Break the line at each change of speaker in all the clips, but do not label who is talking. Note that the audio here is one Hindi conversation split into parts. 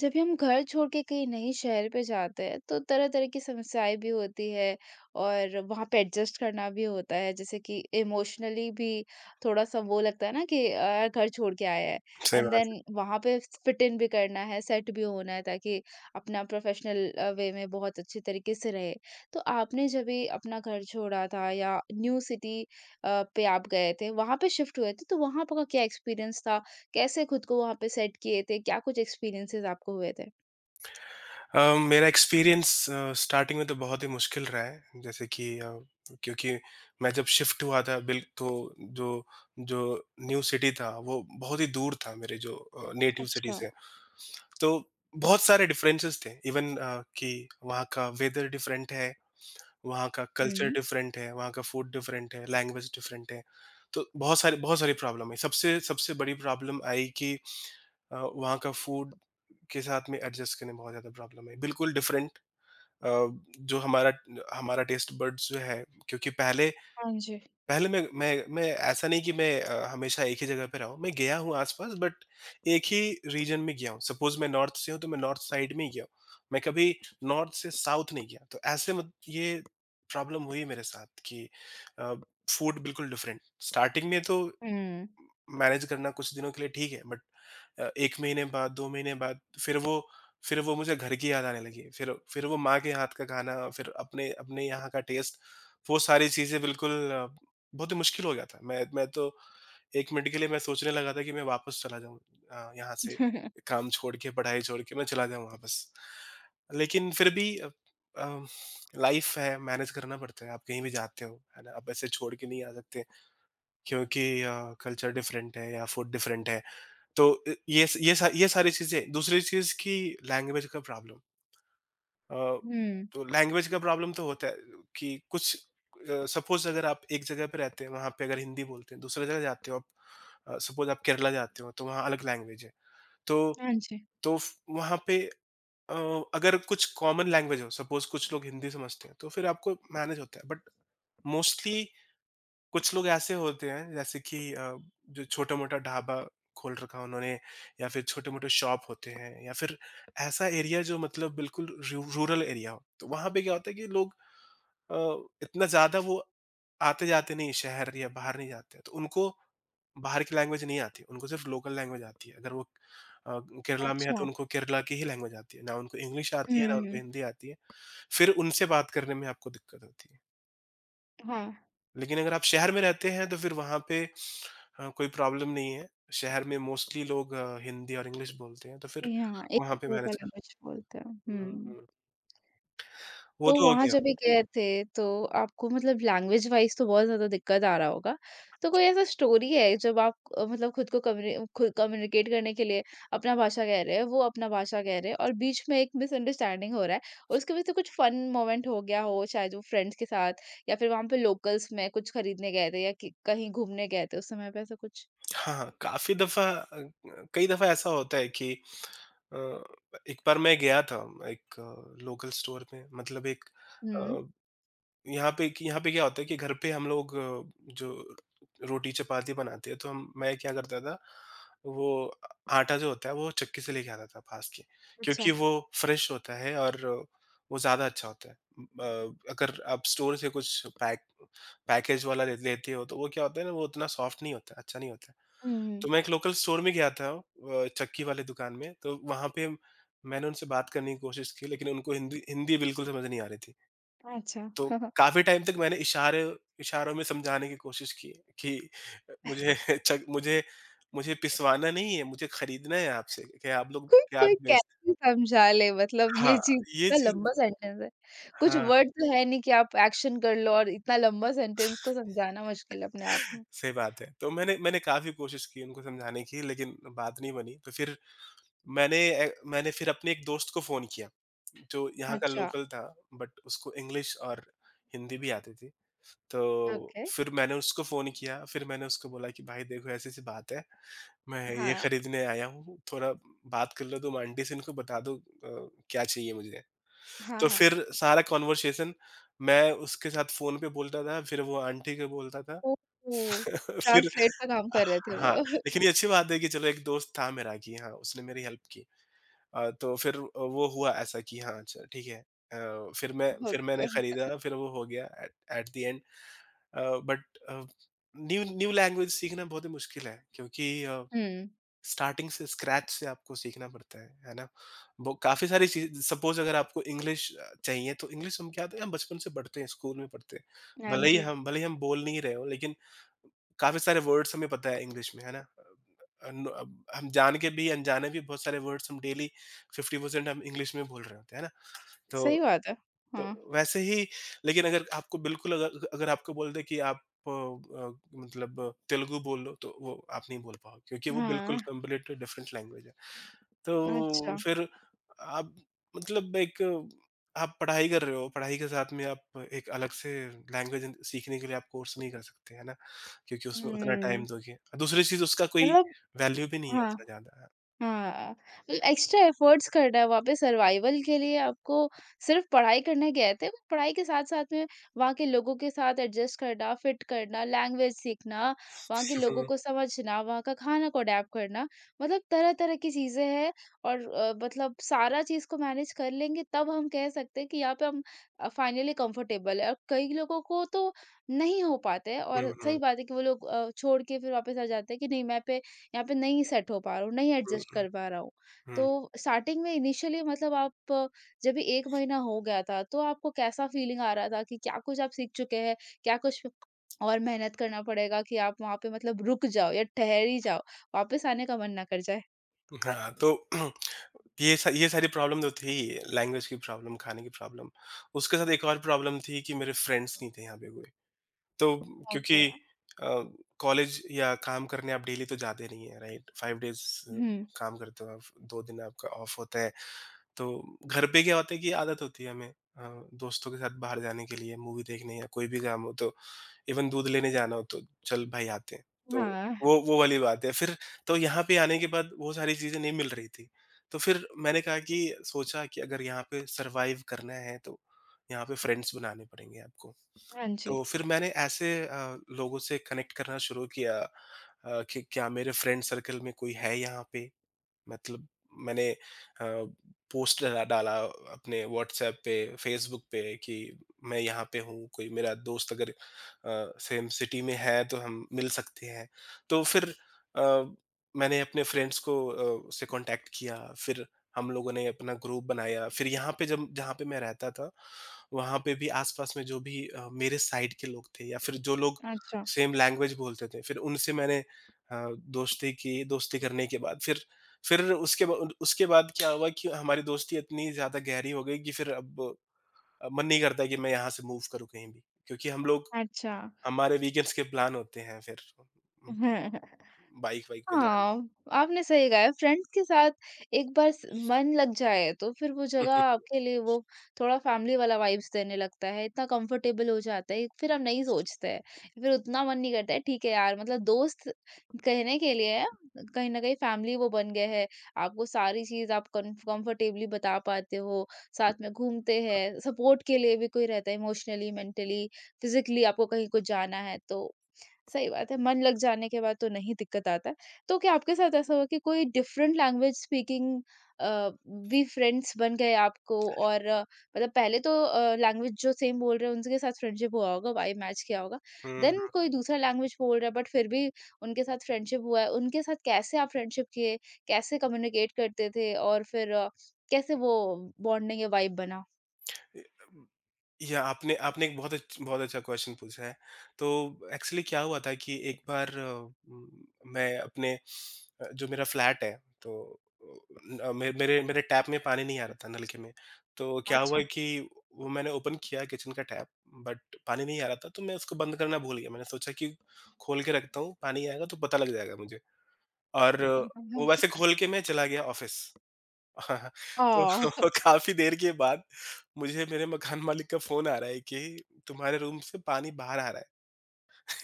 जब भी हम घर छोड़ के कहीं नए शहर पे जाते हैं तो तरह-तरह की समस्याएँ भी होती है और वहाँ पे एडजस्ट करना भी होता है। जैसे कि इमोशनली भी थोड़ा-सा वो लगता है ना कि यार घर छोड़ के आया है
सही
एंड
बात
देन
है।
वहाँ पे फिट इन भी करना है, सेट भी होना है ताकि अपना प्रोफेशनल वे में बहुत अच्छे तरीके से रहे। तो आपने जब भी अपना घर छोड़ा था या न्यू सिटी पे आप गए थे, वहाँ पे शिफ्ट हुए थे तो वहाँ आपका क्या एक्सपीरियंस था? कैसे खुद को वहाँ पे सेट किए थे? क्या कुछ एक्सपीरियंसेस आपको हुए थे?
मेरा एक्सपीरियंस स्टार्टिंग में तो बहुत ही मुश्किल रहा है जैसे कि क्योंकि मैं जब शिफ्ट हुआ था बिल तो जो जो न्यू सिटी था वो बहुत ही दूर था मेरे जो नेटिव सिटी
अच्छा।
से। तो बहुत सारे डिफरेंसेस थे इवन कि वहाँ का वेदर डिफरेंट है, वहाँ का कल्चर
हुँ।
डिफरेंट है, वहाँ का फूड डिफरेंट है, लैंग्वेज डिफरेंट है। तो बहुत सारे बहुत सारी प्रॉब्लम है। सबसे सबसे बड़ी प्रॉब्लम आई कि वहाँ का फूड के साथ में एडजस्ट करने में बहुत ज़्यादा प्रॉब्लम है। बिल्कुल डिफरेंट अ, जो हमारा हमारा टेस्ट बड्स जो है। क्योंकि पहले
हाँ जी।
पहले मैं ऐसा नहीं कि मैं हमेशा एक ही जगह पे रहा हूँ। मैं गया हूँ आस-पास, बट एक ही रीजन में गया हूँ। सपोज़ मैं नॉर्थ से हूँ तो मैं नॉर्थ साइड में ही गया हूँ। मैं कभी नॉर्थ से साउथ नहीं गया। तो ऐसे मत ये प्रॉब्लम हुई मेरे साथ कि अ, फूड बिल्कुल डिफरेंट। स्टार्टिंग में तो
हुँ। हुँ।
मैनेज करना कुछ दिनों के लिए ठीक है, बट 1 महीने बाद 2 महीने बाद फिर वो मुझे घर की याद आने लगी। फिर वो माँ के हाथ का खाना, फिर अपने अपने यहाँ का टेस्ट, वो सारी चीज़ें बिल्कुल बहुत ही मुश्किल हो गया था। मैं तो 1 मिनट के लिए मैं सोचने लगा था कि मैं वापस चला जाऊँ यहाँ से काम छोड़ के, पढ़ाई छोड़ के मैं चला जाऊँ वापस। लेकिन फिर भी अ, लाइफ़ है, मैनेज करना पड़ता है। आप कहीं भी जाते हो, है ना? आप ऐसे छोड़ के नहीं आ सकते क्योंकि कल्चर डिफरेंट है या फूड डिफरेंट है। तो ये स ये सा ये सारी चीज़ें। दूसरी चीज़ कि लैंग्वेज का प्रॉब्लम। अ, लैंग्वेज का प्रॉब्लम तो होता है कि कुछ सपोज़ अगर आप एक जगह पे रहते हैं, वहाँ पे अगर हिंदी बोलते हैं, दूसरी जगह जाते हो आप, सपोज़ आप केरला जाते हो, तो वहाँ अलग लैंग्वेज है। तो
हाँ जी।
तो फ वहाँ पे अ, अगर कुछ कॉमन लैंग्वेज हो, सपोज़ कुछ लोग हिंदी समझते हैं, तो फिर आपको मैनेज होता है। बट मोस्टली कुछ लोग ऐसे होते हैं जैसे कि जो छोटा-मोटा ढाबा खोल रखा है उन्होंने, या फिर छोटे-मोटे शॉप होते हैं, या फिर ऐसा एरिया जो मतलब बिल्कुल रू रूरल एरिया हो। तो वहाँ पे क्या होता है कि लोग अ, इतना ज़्यादा वो आते-जाते नहीं शहर या बाहर नहीं जाते हैं। तो उनको बाहर की लैंग्वेज नहीं आती, उनको सिर्फ लोकल लैंग्वेज आती है। अगर वो अ, केरला में है तो
अच्छा।
उनको केरला की ही लैंग्वेज आती है। ना उनको इंग्लिश आती
हुँ,
है, ना उनको
हुँ।
हिंदी आती है। फिर उनसे बात करने में आपको दिक्कत होती है।
हाँ।
लेकिन अगर आप शहर में रहते हैं तो फिर वहाँ पे हाँ, कोई प्रॉब्लम नहीं है। शहर में मोस्टली लोग हिंदी और इंग्लिश बोलते हैं, तो फिर
जी, हाँ। एक
वहाँ
ही
पे
तरह का
मैनेज कर।
लैंग्वेज बोलते हैं।
हुँ,
हुँ।
हुँ।
तो
वो तो हो
वहाँ
गया।
जब भी गए थे, तो आपको मतलब लैंग्वेज वाइज़ तो बहुत ज़्यादा दिक्कत आ रहा होगा। तो कोई ऐसा स्टोरी है जब आप मतलब खुद को कम्युनि खुद कम्युनिकेट करने के लिए अपना भाषा कह रहे हैं, वो अपना भाषा कह रहे हैं और बीच में एक मिसअंडरस्टैंडिंग हो रहा है और उसकी वजह से कुछ फन मोमेंट हो गया हो, शायद वो फ्रेंड्स के साथ या फिर वहाँ पे लोकल्स में कुछ खरीदने गए थे या कि कहीं घूमने गए थे उस समय पे ऐसा कुछ?
हाँ, हाँ, काफ़ी दफ़ा कई दफ़ा ऐसा होता है कि अ, एक बार मैं गया था एक लोकल स्टोर में, मतलब एक
हुँ।
अ यहाँ पे कि यहाँ पे क्या होता है कि घर पे हम लोग जो रोटी चपाती बनाते हैं, तो हम मैं क्या करता था, वो आटा जो होता है वो चक्की से लेके आता था पास के,
अच्छा।
क्योंकि वो फ्रेश होता है और वो ज्यादा अच्छा होता है। अगर आप स्टोर से कुछ पैकेज वाला लेते हो, तो वो क्या होता है ना, वो उतना सॉफ्ट नहीं होता, अच्छा नहीं होता है।
हुँ, हुँ।
तो मैं एक लोकल स्टोर में गया था, चक्की वाले दुकान में। तो वहां पे मैंने उनसे बात करने की कोशिश की, लेकिन उनको हिंदी हिंदी बिल्कुल समझ नहीं आ रही थी।
अच्छा।
तो काफ़ी टाइम तक मैंने इशारे इशारों में समझाने की कोशिश की कि मुझे चक मुझे मुझे पिसवाना नहीं है, मुझे खरीदना है आपसे, कि आप लोग
कोई
कि आप
कोई
बेच।
कैसे समझा ले मतलब ये
हाँ,
चीज़
ये
इतना
चीज़।
लंबा सेंटेंस है। कुछ
हाँ,
वर्ड तो है नहीं कि आप एक्शन कर लो और इतना लंबा सेंटेंस को समझाना मुश्किल है अपने आप में।
सही बात है। तो मैंने मैंने काफ़ी कोशिश की उनको समझाने की, लेकिन बात नहीं बनी। तो फिर मैंने मैंने फिर अपने एक दोस्त को फ़ोन किया, जो यहाँ का
अच्छा,
लोकल था, बट उसको इंग्लिश और हिंदी भी आती थी। तो
ओके।
फिर मैंने उसको फ़ोन किया, फिर मैंने उसको बोला कि भाई देखो, ऐसी-ऐसी बात है। मैं ये
हाँ,
खरीदने आया हूँ, थोड़ा बात कर लो तुम आंटी से, इनको बता दो क्या चाहिए मुझे।
हाँ,
तो
हाँ।
फिर सारा कन्वर्सेशन मैं उसके साथ फ़ोन पे बोलता था, फिर वो आंटी को बोलता था।
ओह!
फिर
ट्रांसलेट का काम कर रहे थे वो।
हाँ, लेकिन ये अच्छी बात है कि चलो, एक दोस्त था मेरा कि हाँ, उसने मेरी हेल्प की। तो फिर वो हुआ ऐसा कि हाँ, अच्छा ठीक है। फिर मैंने
ओके।
खरीदा, फिर वो हो गया। At at the end uh, but uh, new new language सीखना बहुत ही मुश्किल है, क्योंकि
हुँ।
स्टार्टिंग से स्क्रैच से आपको सीखना पड़ता है ना? वो काफ़ी सारी चीज़, सपोज़ अगर आपको इंग्लिश चाहिए, तो इंग्लिश हम क्या होता है, हम बचपन से पढ़ते हैं, स्कूल में पढ़ते हैं।
हाँ जी,
भले ही हम बोल नहीं रहे हों, लेकिन काफ़ी सारे वर्ड्स हमें पता है इंग्लिश में, है ना? नो, अब हम जान के भी अनजाने भी बहुत सारे वर्ड्स हम डेली 50% हम इंग्लिश में बोल रहे होते हैं, है ना? तो
सही बात है।
तो
हाँ।
वैसे ही। लेकिन अगर आपको बिल्कुल अगर अगर आपको बोल दें कि आप अ अ, मतलब तेलुगु बोल लो, तो वो आप नहीं बोल पाओगे, क्योंकि वो
हाँ,
बिल्कुल कंप्लीट डिफरेंट लैंग्वेज है। तो
अच्छा।
फिर आप मतलब एक, आप पढ़ाई कर रहे हो, पढ़ाई के साथ में आप एक अलग से लैंग्वेज सीखने के लिए आप कोर्स नहीं कर सकते, है ना? क्योंकि उसमें उतना
हुँ,
टाइम दोगे। दूसरी चीज़, उसका कोई
मतलब
वैल्यू भी नहीं है
हाँ।
उतना ज़्यादा।
हाँ, तो एक्स्ट्रा एफर्ट्स करना है वहाँ पे सर्वाइवल के लिए आपको सिर्फ पढ़ाई करने गए थे, वो पढ़ाई के साथ-साथ में वहाँ के लोगों के साथ एडजस्ट करना, फिट करना, लैंग्वेज सीखना, वहाँ के लोगों
हुँ,
को समझना, वहाँ का खाना को अडैप्ट करना, मतलब तरह-तरह की चीज़ें हैं और मतलब सारा चीज़ को मैनेज कर लेंगे तब हम कह सकते हैं कि यहाँ पे हम फाइनली कंफर्टेबल है और कई लोगों को तो नहीं हो पाते हैं और
हुँ,
सही
हुँ,
बात है कि वो लोग छोड़ के फिर वापस आ जाते हैं कि नहीं मैं पे यहाँ पे नहीं सेट हो पा रहा हूँ, नहीं
हुँ,
एडजस्ट
हुँ,
कर पा रहा हूँ। तो
हुँ।
स्टार्टिंग में इनिशियली मतलब आप जब ये 1 महीना हो गया था, तो आपको कैसा फीलिंग आ रहा था कि क्या कुछ आप सीख चुके हैं? क्या कुछ और मेहनत करना पड़ेगा कि आप वहाँ पे मतलब रुक जाओ या ठहर ही जाओ, वापस आने का मन ना कर जाए?
हाँ, तो ये सारी प्रॉब्लम तो थी, लैंग्वेज की प्रॉब्लम, खाने की प्रॉब्लम। उसके साथ एक और प्रॉब्लम थी कि मेरे फ्रेंड्स नहीं थे यहाँ पे कोई। तो
ओके।
क्योंकि अ, कॉलेज या काम करने आप डेली तो जाते नहीं है, राइट, 5 डेज
हुँ,
काम करते हो आप, 2 दिन आपका ऑफ होता है, तो घर पे क्या होता है कि आदत होती है हमें दोस्तों के साथ बाहर जाने के लिए, मूवी देखने या कोई भी काम हो तो इवन दूध लेने जाना हो तो चल भाई आते हैं। तो
हाँ,
वो वाली बात है। फिर तो यहाँ पे आने के बाद वो सारी चीजें नहीं मिल रही थी। तो फिर मैंने कहा कि सोचा कि अगर यहाँ पे सरवाइव करना है तो यहाँ पे फ्रेंड्स बनाने पड़ेंगे आपको।
हाँ जी।
तो फिर मैंने ऐसे लोगों से कनेक्ट करना शुरू किया कि क्या मेरे फ्रेंड सर्कल में कोई है यहाँ पे, मतलब मैंने पोस्ट डला डाला अपने व्हाट्सएप पे, फ़ेसबुक पे कि मैं यहाँ पे हूँ, कोई मेरा दोस्त अगर सेम सिटी में है तो हम मिल सकते हैं। तो फिर अ, मैंने अपने फ्रेंड्स को से कॉन्टैक्ट किया, फिर हम लोगों ने अपना ग्रुप बनाया। फिर यहाँ पे जब जहाँ पे मैं रहता था, वहाँ पे भी आस-पास में जो भी मेरे साइड के लोग थे, या फिर जो लोग
अच्छा,
सेम लैंग्वेज बोलते थे, फिर उनसे मैंने अ, दोस्ती की। दोस्ती करने के बाद फिर फिर उसके बा उसके बाद क्या हुआ कि हमारी दोस्ती इतनी ज़्यादा गहरी हो गई कि फिर अब मन नहीं करता कि मैं यहाँ से मूव करूँ कहीं भी। क्योंकि हम लोग,
अच्छा।
हमारे वीकेंड्स के प्लान होते हैं, फिर बाइक वाइक पे जाने।
हाँ, आपने सही कहा है, फ्रेंड्स के साथ एक बार स मन लग जाए, तो फिर वो जगह आपके लिए वो थोड़ा फैमिली वाला वाइब्स देने लगता है, इतना कंफर्टेबल हो जाता है, फिर हम नहीं सोचते हैं, फिर उतना मन नहीं करता है, ठीक है यार मतलब दोस्त कहने के लिए है, कहीं न कहीं फैमिली वो बन गए हैं, आपको सारी चीज़ आप कन कंफर्टेबली बता पाते हो, साथ में घूमते हैं, सपोर्ट के लिए भी कोई रहता है इमोशनली, मेंटली, फिज़िकली आपको कहीं को जाना है तो सही बात है, मन लग जाने के बाद तो नहीं दिक्कत आता है। तो क्या आपके साथ ऐसा हुआ कि कोई डिफरेंट लैंग्वेज स्पीकिंग अ, भी फ्रेंड्स बन गए आपको और मतलब पहले तो लैंग्वेज जो सेम बोल रहे हैं उनके साथ फ्रेंडशिप हुआ होगा, वाइब मैच किया होगा।
हुँ, हुँ।
देन कोई दूसरा लैंग्वेज बोल रहा है बट फिर भी उनके साथ फ्रेंडशिप हुआ है, उनके साथ कैसे आप फ्रेंडशिप किए? कैसे कम्युनिकेट करते थे और फिर कैसे वो बॉन्डिंग या वाइब बना?
हुँ, हुँ। या आपने आपने एक बहुत अच्छा क्वेश्चन पूछा है। तो एक्चुअली क्या हुआ था कि एक बार मैं अपने जो मेरा फ्लैट है, तो अ, न- मे मेरे मेरे टैप में पानी नहीं आ रहा था, नलके में। तो क्या हुआ
अच्छा।
कि वो मैंने ओपन किया किचन का टैप, बट पानी नहीं आ रहा था, तो मैं उसको बंद करना भूल गया। मैंने सोचा कि खोल के रखता हूँ, पानी आएगा तो पता लग जाएगा मुझे। और वो वैसे खोल के मैं चला गया ऑफ़िस। हाँ, तो
ओह!
काफ़ी देर के बाद मुझे मेरे मकान मालिक का फ़ोन आ रहा है कि तुम्हारे रूम से पानी बाहर आ रहा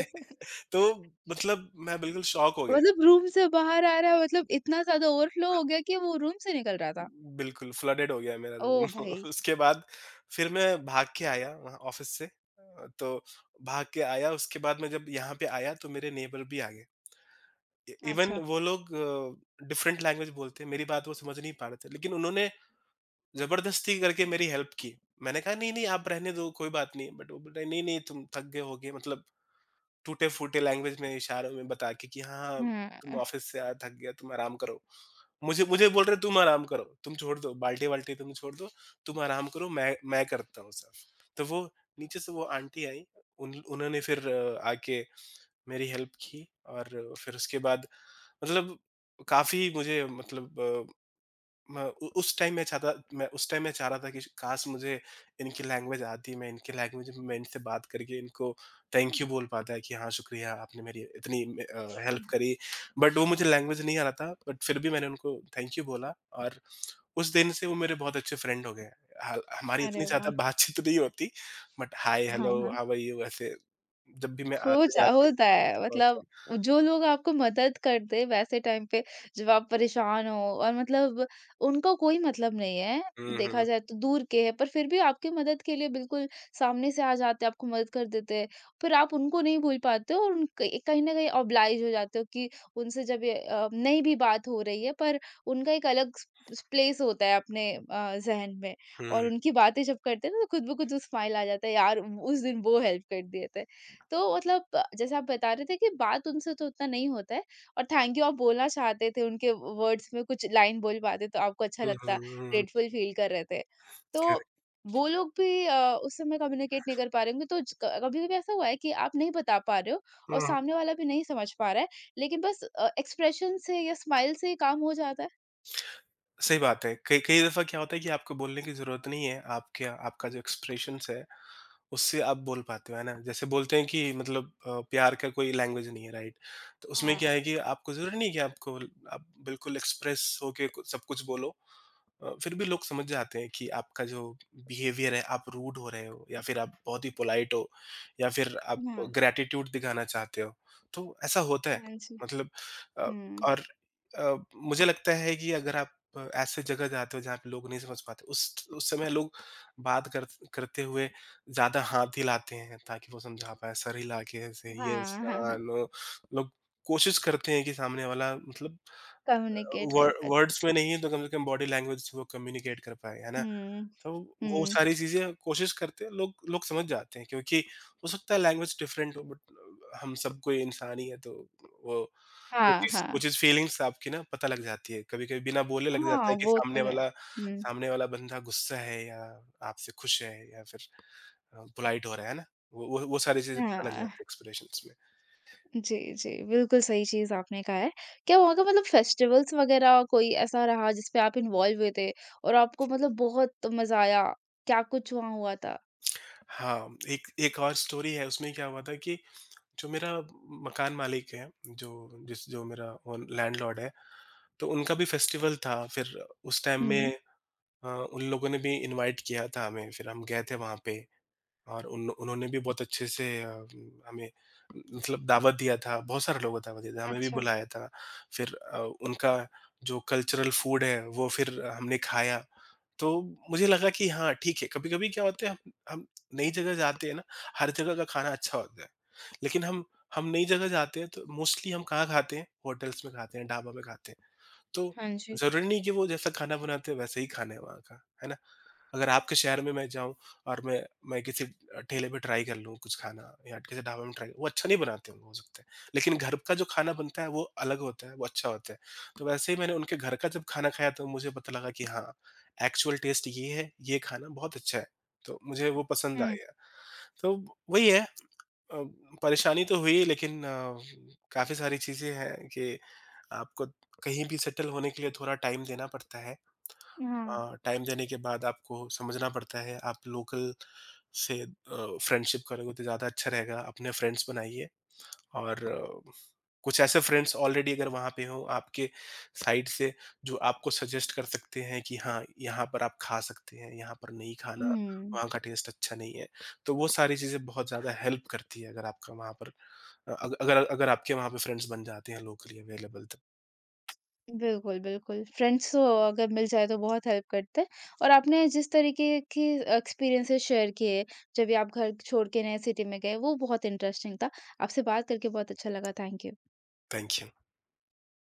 है। तो मतलब मैं बिल्कुल शॉक हो गया।
मतलब रूम से बाहर आ रहा है मतलब इतना ज़्यादा ओवरफ्लो हो गया कि वो रूम से निकल रहा था।
बिल्कुल फ्लडेड हो गया मेरा
ओह
रूम।
भाई!
उसके बाद फिर मैं भाग के आया वहाँ ऑफ़िस से। तो भाग के आया, उसके बाद मैं जब यहाँ पे आया तो मेरे नेबर भी आ गए। इ इवन
अच्छा।
वो लोग डिफरेंट लैंग्वेज बोलते हैं, मेरी बात वो समझ नहीं पा रहे थे। लेकिन उन्होंने ज़बरदस्ती करके मेरी हेल्प की। मैंने कहा, "नहीं-नहीं आप रहने दो, कोई बात नहीं।" बट वो बोल रहे, "नहीं-नहीं तुम थक गए होगे।" मतलब टूटे-फूटे लैंग्वेज में इशारों में बता के कि, "हाँ, हाँ, तुम
हुँ।
ऑफ़िस से आ थक गया, तुम आराम करो।" मुझे मुझे बोल रहे, "तुम आराम करो, तुम छोड़ दो, बाल्टी-वाल्टी तुम छोड़ दो, तुम आराम करो, मैं करता हूँ सब।" तो वो नीचे से वो आंटी आईं, उन उन्होंने फिर आके मेरी हेल्प की और फिर उसके बाद मतलब काफ़ी मुझे मतलब मैं उ उस टाइम मैं चाहता मैं उस टाइम मैं चाह रहा था कि काश मुझे इनकी लैंग्वेज आती, मैं इनकी लैंग्वेज में मैं इनसे बात करके इनको थैंक यू बोल पाता है कि हाँ, शुक्रिया आपने मेरी इतनी हेल्प करी। बट वो मुझे लैंग्वेज नहीं आ रहा था, बट फिर भी मैंने उनको थैंक यू बोला और उस दिन से वो मेरे बहुत अच्छे फ्रेंड हो गए हैं। हाल हमारी
अरे
इतनी ज़्यादा
वाह!
बातचीत नहीं होती, बट हाय,
हाँ,
हेलो,
हाँ।
हाउ आर यू ऐसे जब भी मैं
हो जा
आते-जाते।
होता है मतलब जो लोग आपको मदद कर दे वैसे टाइम पे जब आप परेशान हो और मतलब उनका कोई मतलब नहीं है
हुँ,
देखा
हुँ।
जाए तो दूर के है पर फिर भी आपकी मदद के लिए बिल्कुल सामने से आ जाते हैं आपको मदद कर देते हैं फिर आप उनको नहीं भूल पाते हो और उन कहीं कहीं ना कहीं ऑब्लाइज हो जाते हो कि उनसे जब ये नहीं भी बात हो रही है पर उनका एक अलग प्लेस होता है अपने जहन में
हुँ,
और
हुँ,
उनकी बातें जब करते हैं ना तो खुद ब खुद स्माइल आ जाता है यार उस दिन वो हेल्प कर दिए थे तो मतलब जैसे आप बता रहे थे कि बात उनसे तो उतना नहीं होता है और थैंक यू आप बोलना चाहते थे, उनके वर्ड्स में कुछ लाइन बोल पाते तो आपको अच्छा
हुँ, हुँ,
लगता,
हुँ, हुँ, हुँ,
ग्रेटफुल फील कर रहे थे। तो
करेक्ट।
वो लोग भी उस समय कम्युनिकेट नहीं कर पा रहे होंगे तो ज क कभी-कभी ऐसा हुआ है कि आप नहीं बता पा रहे हो और
हुँ, हुँ।
सामने वाला भी नहीं समझ पा रहा है, लेकिन बस एक्सप्रेशन से या स्माइल से ही काम हो जाता है?
सही बात है। कई कई दफ़ा क्या होता है कि आपको बोलने की ज़रूरत नहीं है, आपके आपका जो एक्सप्रेशंस है, उससे आप बोल पाते हो, है ना? जैसे बोलते हैं कि मतलब प्यार का कोई लैंग्वेज नहीं है, राइट? तो उसमें
हाँ,
क्या है कि आपको ज़रूरी नहीं है कि आपको आप बिल्कुल एक्सप्रेस होके कु सब कुछ बोलो। फिर भी लोग समझ जाते हैं कि आपका जो बिहेवियर है, आप रूड हो रहे हो या फिर आप बहुत ही पोलाइट हो या फिर आप
हाँ।
ग्रैटिट्यूड दिखाना चाहते हो। तो ऐसा होता है,
हाँ जी।
मतलब अ,
हुँ।
और मुझे लगता है कि अगर आप ऐसे जगह जाते हो जहाँ पे लोग नहीं समझ पाते उस समय लोग बात कर करते हुए ज़्यादा हाथ हिलाते हैं ताकि वो समझा पाए सर हिला के ऐसे यस
हाँ, हाँ,
हाँ
हाँ।
नो लोग कोशिश करते हैं कि सामने वाला मतलब
कम्युनिकेट
व
कर पाए अच्छे
वर्ड्स
से।
में नहीं है तो कम से कम बॉडी लैंग्वेज से वो कम्युनिकेट कर पाए, है ना?
हुँ।
तो वो
हुँ।
सारी चीज़ें कोशिश करते हैं, लोग लोग समझ जाते हैं क्योंकि हो सकता है लैंग्वेज डिफरेंट हो बट हम सब कोई इंसान ही है तो वो
हाँ,
वो
हाँ।
चीज़ फीलिंग्स आपकी ना पता लग जाती है। कभी-कभी बिना बोले लग
हाँ,
जाता है कि
वो तो है। हुँ।
सामने वाला बंदा गुस्सा है या आपसे खुश है या फिर पोलाइट हो रहा है ना? वो सारी चीज़ें पता लग
हाँ,
जाती है एक्सप्रेशंस में।
जी, जी, बिल्कुल सही चीज़ आपने कहा है। क्या वहाँ का मतलब फेस्टिवल्स वगैरह कोई ऐसा रहा जिसपे आप इन्वॉल्व हुए थे और आपको मतलब बहुत मज़ा आया? क्या कुछ वहाँ हुआ था?
हाँ, एक एक और स्टोरी है उसमें क्या हुआ था कि जो मेरा मकान मालिक है, जो मेरा ओन लैंडलॉर्ड है, तो उनका भी फेस्टिवल था। फिर उस टाइम में
हुँ,
अ, उन लोगों ने भी इनवाइट किया था हमें, फिर हम गए थे वहाँ पे और उन उन्होंने भी बहुत अच्छे से हमें मतलब दावत दिया था, बहुत सारे लोगों को दावत दिया था, हमें भी
अच्छा।
बुलाया था। फिर उनका जो कल्चरल फूड है, वो फिर हमने खाया तो मुझे लगा कि हाँ, ठीक है, कभी-कभी क्या होता है हम नई जगह जाते हैं ना, हर जगह का खाना अच्छा होता है। लेकिन हम नई जगह जाते हैं तो मोस्टली हम कहाँ खाते हैं? होटल्स में खाते हैं, ढाबा में खाते हैं। तो
हाँ जी।
ज़रूरी नहीं कि वो जैसा खाना बनाते हैं वैसे ही खाना है वहाँ का, है ना? अगर आपके शहर में मैं जाऊँ और मैं किसी ठेले पे ट्राई कर लूँ कुछ खाना या किसी ढाबे में ट्राई वो अच्छा नहीं बनाते होंगे हो सकता है। लेकिन घर का जो खाना बनता है वो अलग होता है, वो अच्छा होता है। तो वैसे ही मैंने उनके घर का जब खाना खाया तो मुझे पता लगा कि हाँ, एक्चुअल टेस्ट ये है, ये खाना बहुत अच्छा है। तो मुझे वो पसंद आ
हुँ,
गया। तो वही है अ, परेशानी तो हुई लेकिन काफ़ी सारी चीज़ें हैं कि आपको कहीं भी सेटल होने के लिए थोड़ा टाइम देना पड़ता है।
हाँ।
टाइम देने के बाद आपको समझना पड़ता है आप लोकल से फ्रेंडशिप करोगे तो ज़्यादा अच्छा रहेगा। अपने फ्रेंड्स बनाइए और कुछ ऐसे फ्रेंड्स ऑलरेडी अगर वहाँ पे हों आपके साइड से जो आपको सजेस्ट कर सकते हैं कि हाँ, यहाँ पर आप खा सकते हैं, यहाँ पर नहीं खाना,
हुँ,
वहाँ का टेस्ट अच्छा नहीं है। तो वो सारी चीज़ें बहुत ज़्यादा हेल्प करती है अगर आपका वहाँ पर अ, अग अगर अगर आपके वहाँ पे फ्रेंड्स बन जाते हैं लोकली अवेलेबल तो।
बिल्कुल, बिल्कुल। फ्रेंड्स तो अगर मिल जाए तो बहुत हेल्प करते हैं और आपने जिस तरीके के एक्सपीरियंसेस शेयर किए, जब भी आप घर छोड़ के नए सिटी में गए, वो बहुत इंटरेस्टिंग था। आपसे बात करके बहुत अच्छा लगा। Thank you.
Thank you.